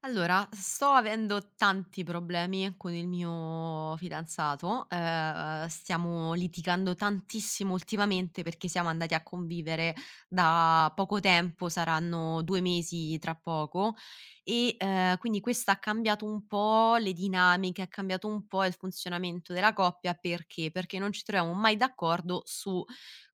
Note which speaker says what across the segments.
Speaker 1: Allora, sto avendo tanti problemi con il mio fidanzato, stiamo litigando tantissimo ultimamente perché siamo andati a convivere da poco tempo, saranno 2 mesi tra poco e quindi questo ha cambiato un po' le dinamiche, ha cambiato un po' il funzionamento della coppia. Perché? Perché non ci troviamo mai d'accordo su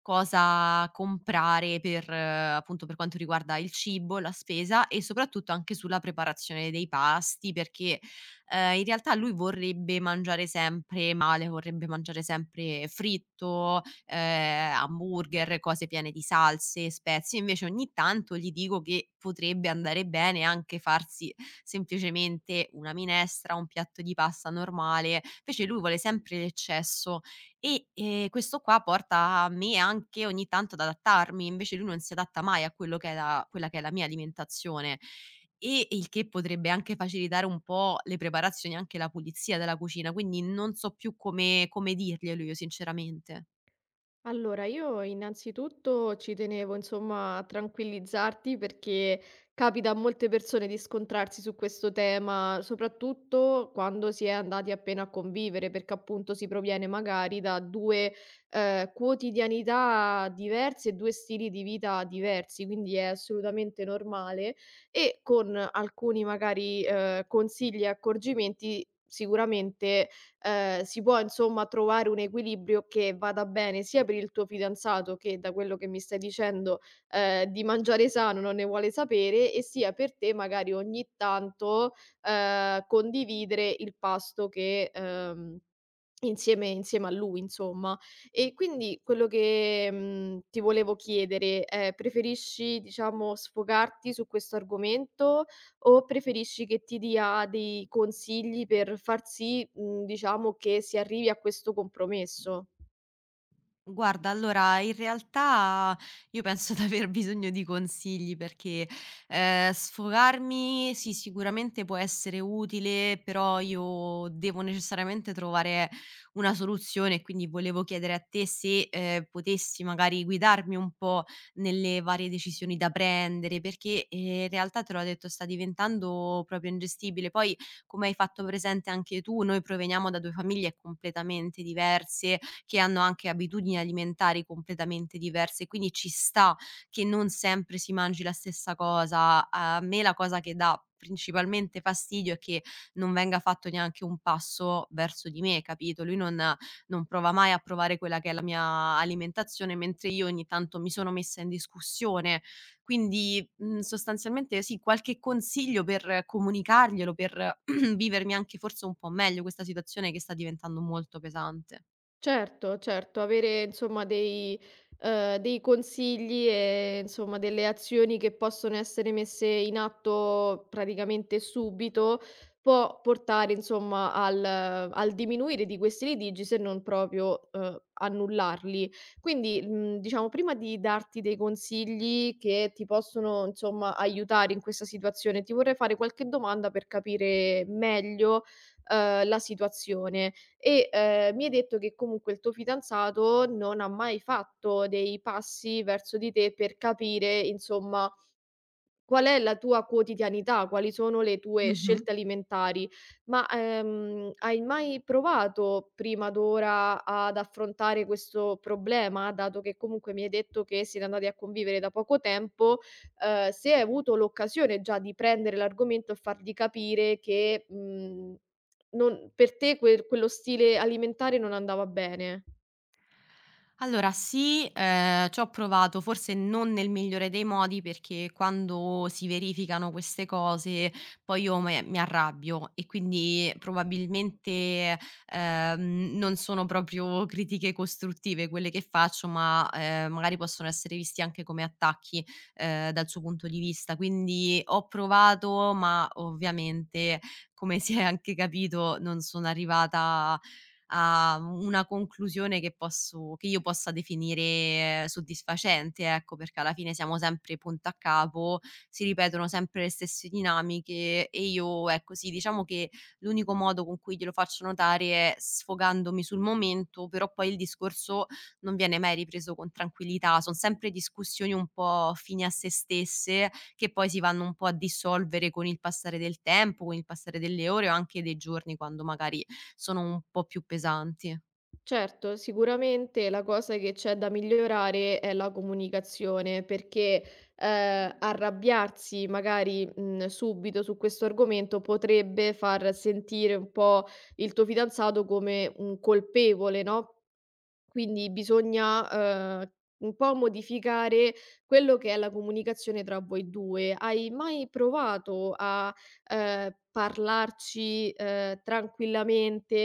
Speaker 1: cosa comprare per appunto, per quanto riguarda il cibo, la spesa e soprattutto anche sulla preparazione dei pasti, perché, in realtà lui vorrebbe mangiare sempre male, vorrebbe mangiare sempre fritto, hamburger, cose piene di salse, spezie. Invece ogni tanto gli dico che potrebbe andare bene anche farsi semplicemente una minestra, un piatto di pasta normale, invece lui vuole sempre l'eccesso. E questo qua porta a me anche ogni tanto ad adattarmi, invece lui non si adatta mai a quello che è la quella che è la mia alimentazione. E il che potrebbe anche facilitare un po' le preparazioni e anche la pulizia della cucina, quindi non so più come dirglielo io sinceramente.
Speaker 2: Allora, io innanzitutto ci tenevo, insomma, a tranquillizzarti perché capita a molte persone di scontrarsi su questo tema, soprattutto quando si è andati appena a convivere, perché appunto si proviene magari da due quotidianità diverse e due stili di vita diversi, quindi è assolutamente normale e con alcuni magari consigli e accorgimenti sicuramente si può insomma trovare un equilibrio che vada bene sia per il tuo fidanzato che, da quello che mi stai dicendo, di mangiare sano non ne vuole sapere e sia per te magari ogni tanto, condividere il pasto che, insieme insieme a lui insomma. E quindi quello che, ti volevo chiedere è: preferisci diciamo sfogarti su questo argomento o preferisci che ti dia dei consigli per far sì, diciamo che si arrivi a questo compromesso?
Speaker 1: Guarda, allora in realtà io penso di aver bisogno di consigli perché, sfogarmi sì, sicuramente può essere utile, però io devo necessariamente trovare una soluzione, quindi volevo chiedere a te se, potessi magari guidarmi un po' nelle varie decisioni da prendere, perché, in realtà te l'ho detto, sta diventando proprio ingestibile. Poi, come hai fatto presente anche tu, noi proveniamo da 2 famiglie completamente diverse che hanno anche abitudini alimentari completamente diverse, quindi ci sta che non sempre si mangi la stessa cosa. A me la cosa che dà principalmente fastidio è che non venga fatto neanche un passo verso di me, capito? Lui non prova mai a provare quella che è la mia alimentazione, mentre io ogni tanto mi sono messa in discussione. Quindi, sostanzialmente sì, qualche consiglio per comunicarglielo, per vivermi anche forse un po' meglio questa situazione che sta diventando molto pesante.
Speaker 2: Certo, certo, avere insomma dei consigli e insomma delle azioni che possono essere messe in atto praticamente subito, può portare insomma al diminuire di questi litigi se non proprio, annullarli. Quindi, diciamo prima di darti dei consigli che ti possono insomma aiutare in questa situazione, ti vorrei fare qualche domanda per capire meglio, la situazione e, mi hai detto che comunque il tuo fidanzato non ha mai fatto dei passi verso di te per capire, insomma, qual è la tua quotidianità, quali sono le tue
Speaker 1: Mh-mh.
Speaker 2: scelte alimentari, ma, hai mai provato prima d'ora ad affrontare questo problema, dato che comunque mi hai detto che siete andati a convivere da poco tempo, se hai avuto l'occasione già di prendere l'argomento e fargli capire che, non per te quello stile alimentare non andava bene?
Speaker 1: Allora sì, c'ho provato, forse non nel migliore dei modi, perché quando si verificano queste cose poi io me mi arrabbio e quindi probabilmente, non sono proprio critiche costruttive quelle che faccio, ma, magari possono essere visti anche come attacchi, dal suo punto di vista. Quindi ho provato, ma ovviamente, come si è anche capito, non sono arrivata a una conclusione che io possa definire soddisfacente, ecco, perché alla fine siamo sempre punta a capo, si ripetono sempre le stesse dinamiche e io ecco, sì, diciamo che l'unico modo con cui glielo faccio notare è sfogandomi sul momento, però poi il discorso non viene mai ripreso con tranquillità, son sempre discussioni un po' fini a se stesse, che poi si vanno un po' a dissolvere con il passare del tempo, con il passare delle ore o anche dei giorni, quando magari sono un po' più pesanti.
Speaker 2: Certo, sicuramente la cosa che c'è da migliorare è la comunicazione, perché arrabbiarsi magari subito su questo argomento potrebbe far sentire un po' il tuo fidanzato come un colpevole, no? Quindi bisogna, un po' modificare quello che è la comunicazione tra voi 2. Hai mai provato a, parlarci, tranquillamente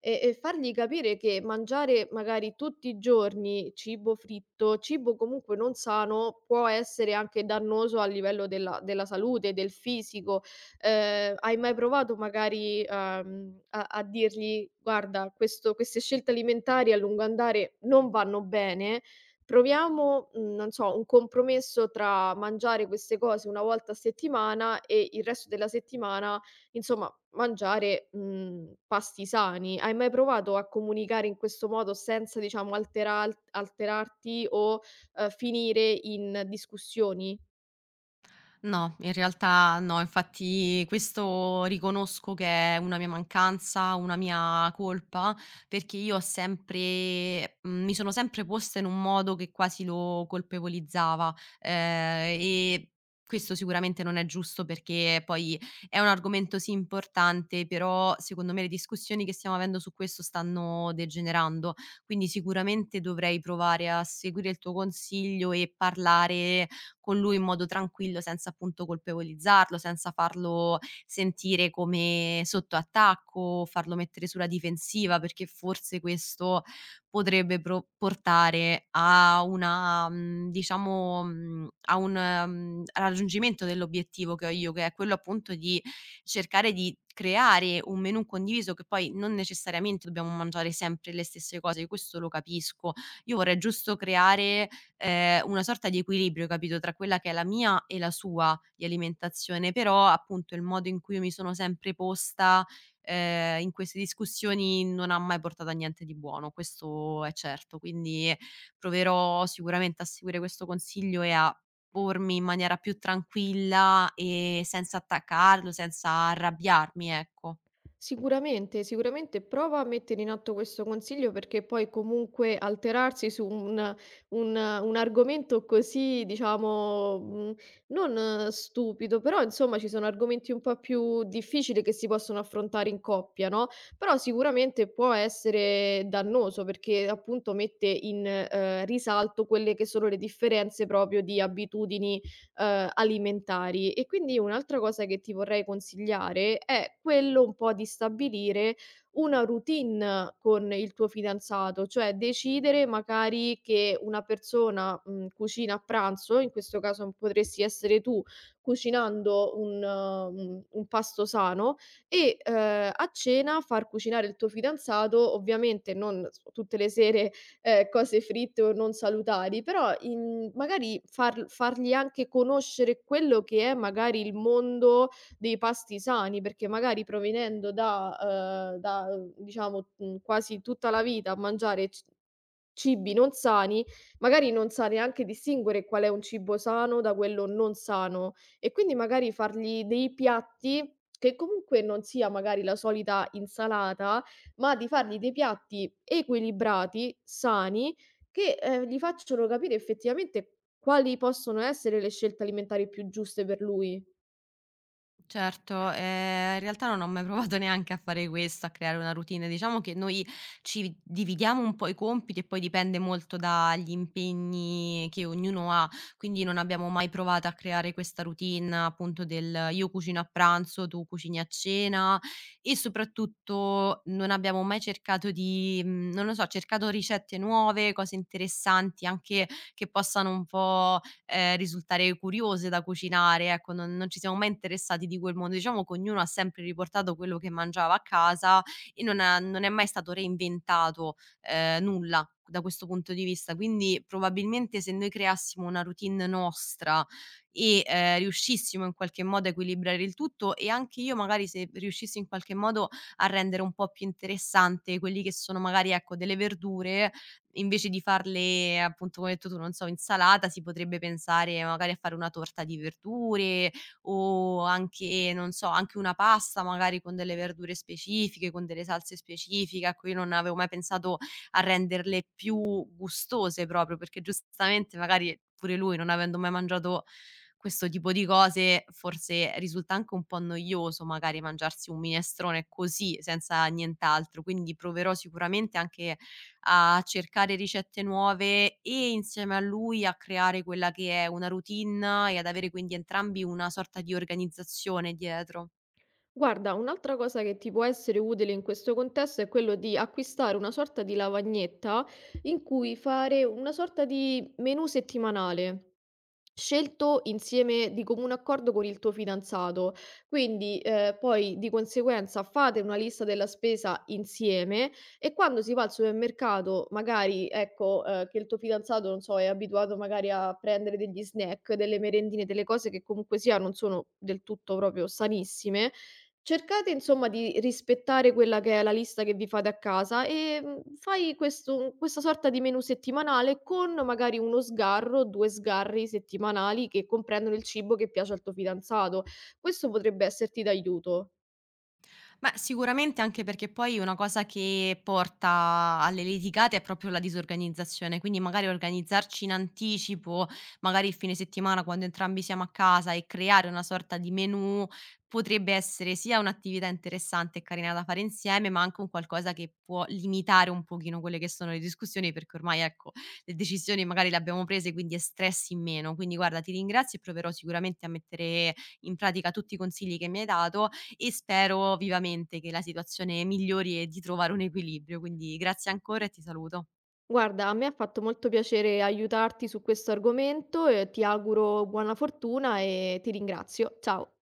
Speaker 2: e fargli capire che mangiare magari tutti i giorni cibo fritto, cibo comunque non sano, può essere anche dannoso a livello della salute, del fisico? Hai mai provato magari, a dirgli: "Guarda, questo queste scelte alimentari a lungo andare non vanno bene, proviamo, non so, un compromesso tra mangiare queste cose una volta a settimana e il resto della settimana, insomma, mangiare, pasti sani." Hai mai provato a comunicare in questo modo senza, diciamo, alteral alterarti o, finire in discussioni?
Speaker 1: No, in realtà no, infatti questo riconosco che è una mia mancanza, una mia colpa, perché io ho sempre mi sono sempre posta in un modo che quasi lo colpevolizzava, e questo sicuramente non è giusto perché poi è un argomento sì importante, però secondo me le discussioni che stiamo avendo su questo stanno degenerando. Quindi sicuramente dovrei provare a seguire il tuo consiglio e parlare con lui in modo tranquillo senza appunto colpevolizzarlo, senza farlo sentire come sotto attacco, farlo mettere sulla difensiva, perché forse questo potrebbe pro portare a una diciamo, a un raggiungimento dell'obiettivo che ho io, che è quello appunto di cercare di creare un menù condiviso che poi non necessariamente dobbiamo mangiare sempre le stesse cose, questo lo capisco. Io vorrei giusto creare una sorta di equilibrio, capito, tra quella che è la mia e la sua di alimentazione, però appunto il modo in cui io mi sono sempre posta, in queste discussioni non ha mai portato a niente di buono, questo è certo. Quindi proverò sicuramente a seguire questo consiglio e a pormi in maniera più tranquilla e senza attaccarlo, senza arrabbiarmi, ecco.
Speaker 2: Sicuramente, sicuramente prova a mettere in atto questo consiglio perché poi comunque alterarsi su un argomento così, diciamo, non stupido, però insomma ci sono argomenti un po' più difficili che si possono affrontare in coppia, no? Però sicuramente può essere dannoso perché appunto mette in risalto quelle che sono le differenze proprio di abitudini alimentari. E quindi un'altra cosa che ti vorrei consigliare è quello un po' di stabilire una routine con il tuo fidanzato, cioè decidere magari che una persona, cucina a pranzo, in questo caso potresti essere tu cucinando un pasto sano e, a cena far cucinare il tuo fidanzato, ovviamente non s tutte le sere cose fritte o non salutari, però in magari fargli anche conoscere quello che è magari il mondo dei pasti sani, perché magari provenendo da diciamo, quasi tutta la vita a mangiare c cibi non sani, magari non sa neanche distinguere qual è un cibo sano da quello non sano e quindi magari fargli dei piatti che comunque non sia magari la solita insalata, ma di fargli dei piatti equilibrati, sani, che, gli facciano capire effettivamente quali possono essere le scelte alimentari più giuste per lui.
Speaker 1: Certo, in realtà non ho mai provato neanche a fare questo, a creare una routine. Diciamo che noi ci dividiamo un po' i compiti e poi dipende molto dagli impegni che ognuno ha, quindi non abbiamo mai provato a creare questa routine appunto del: io cucino a pranzo, tu cucini a cena e soprattutto non abbiamo mai cercato di non lo so, cercato ricette nuove, cose interessanti anche che possano un po' risultare curiose da cucinare, ecco, non ci siamo mai interessati di quel mondo. Diciamo che ognuno ha sempre riportato quello che mangiava a casa e non è mai stato reinventato, nulla da questo punto di vista. Quindi probabilmente se noi creassimo una routine nostra e riuscissimo in qualche modo a equilibrare il tutto e anche io magari se riuscissi in qualche modo a rendere un po' più interessante quelli che sono magari, ecco, delle verdure, invece di farle appunto come hai detto tu, non so, insalata, si potrebbe pensare magari a fare una torta di verdure o anche non so, anche una pasta magari con delle verdure specifiche, con delle salse specifiche, a cui non avevo mai pensato a renderle più gustose proprio, perché giustamente magari pure lui, non avendo mai mangiato questo tipo di cose, forse risulta anche un po' noioso magari mangiarsi un minestrone così, senza nient'altro. Quindi proverò sicuramente anche a cercare ricette nuove e insieme a lui a creare quella che è una routine e ad avere quindi entrambi una sorta di organizzazione dietro.
Speaker 2: Guarda, un'altra cosa che ti può essere utile in questo contesto è quello di acquistare una sorta di lavagnetta in cui fare una sorta di menù settimanale. Scelto insieme di comune accordo con il tuo fidanzato. Quindi, poi di conseguenza fate una lista della spesa insieme e quando si va al supermercato, magari ecco che il tuo fidanzato, non so, è abituato magari a prendere degli snack, delle merendine, delle cose che comunque sia non sono del tutto proprio sanissime. Cercate insomma di rispettare quella che è la lista che vi fate a casa e, fai questo questa sorta di menù settimanale con magari 1 sgarro, 2 sgarri settimanali che comprendono il cibo che piace al tuo fidanzato. Questo potrebbe esserti d'aiuto.
Speaker 1: Beh, sicuramente anche perché poi una cosa che porta alle litigate è proprio la disorganizzazione, quindi magari organizzarci in anticipo, magari il fine settimana quando entrambi siamo a casa e creare una sorta di menù potrebbe essere sia un'attività interessante e carina da fare insieme, ma anche un qualcosa che può limitare un pochino quelle che sono le discussioni, perché ormai ecco, le decisioni magari le abbiamo prese, quindi è stress in meno. Quindi guarda, ti ringrazio e proverò sicuramente a mettere in pratica tutti i consigli che mi hai dato e spero vivamente che la situazione migliori e di trovare un equilibrio. Quindi grazie ancora e ti saluto.
Speaker 2: Guarda, a me ha fatto molto piacere aiutarti su questo argomento e ti auguro buona fortuna e ti ringrazio. Ciao.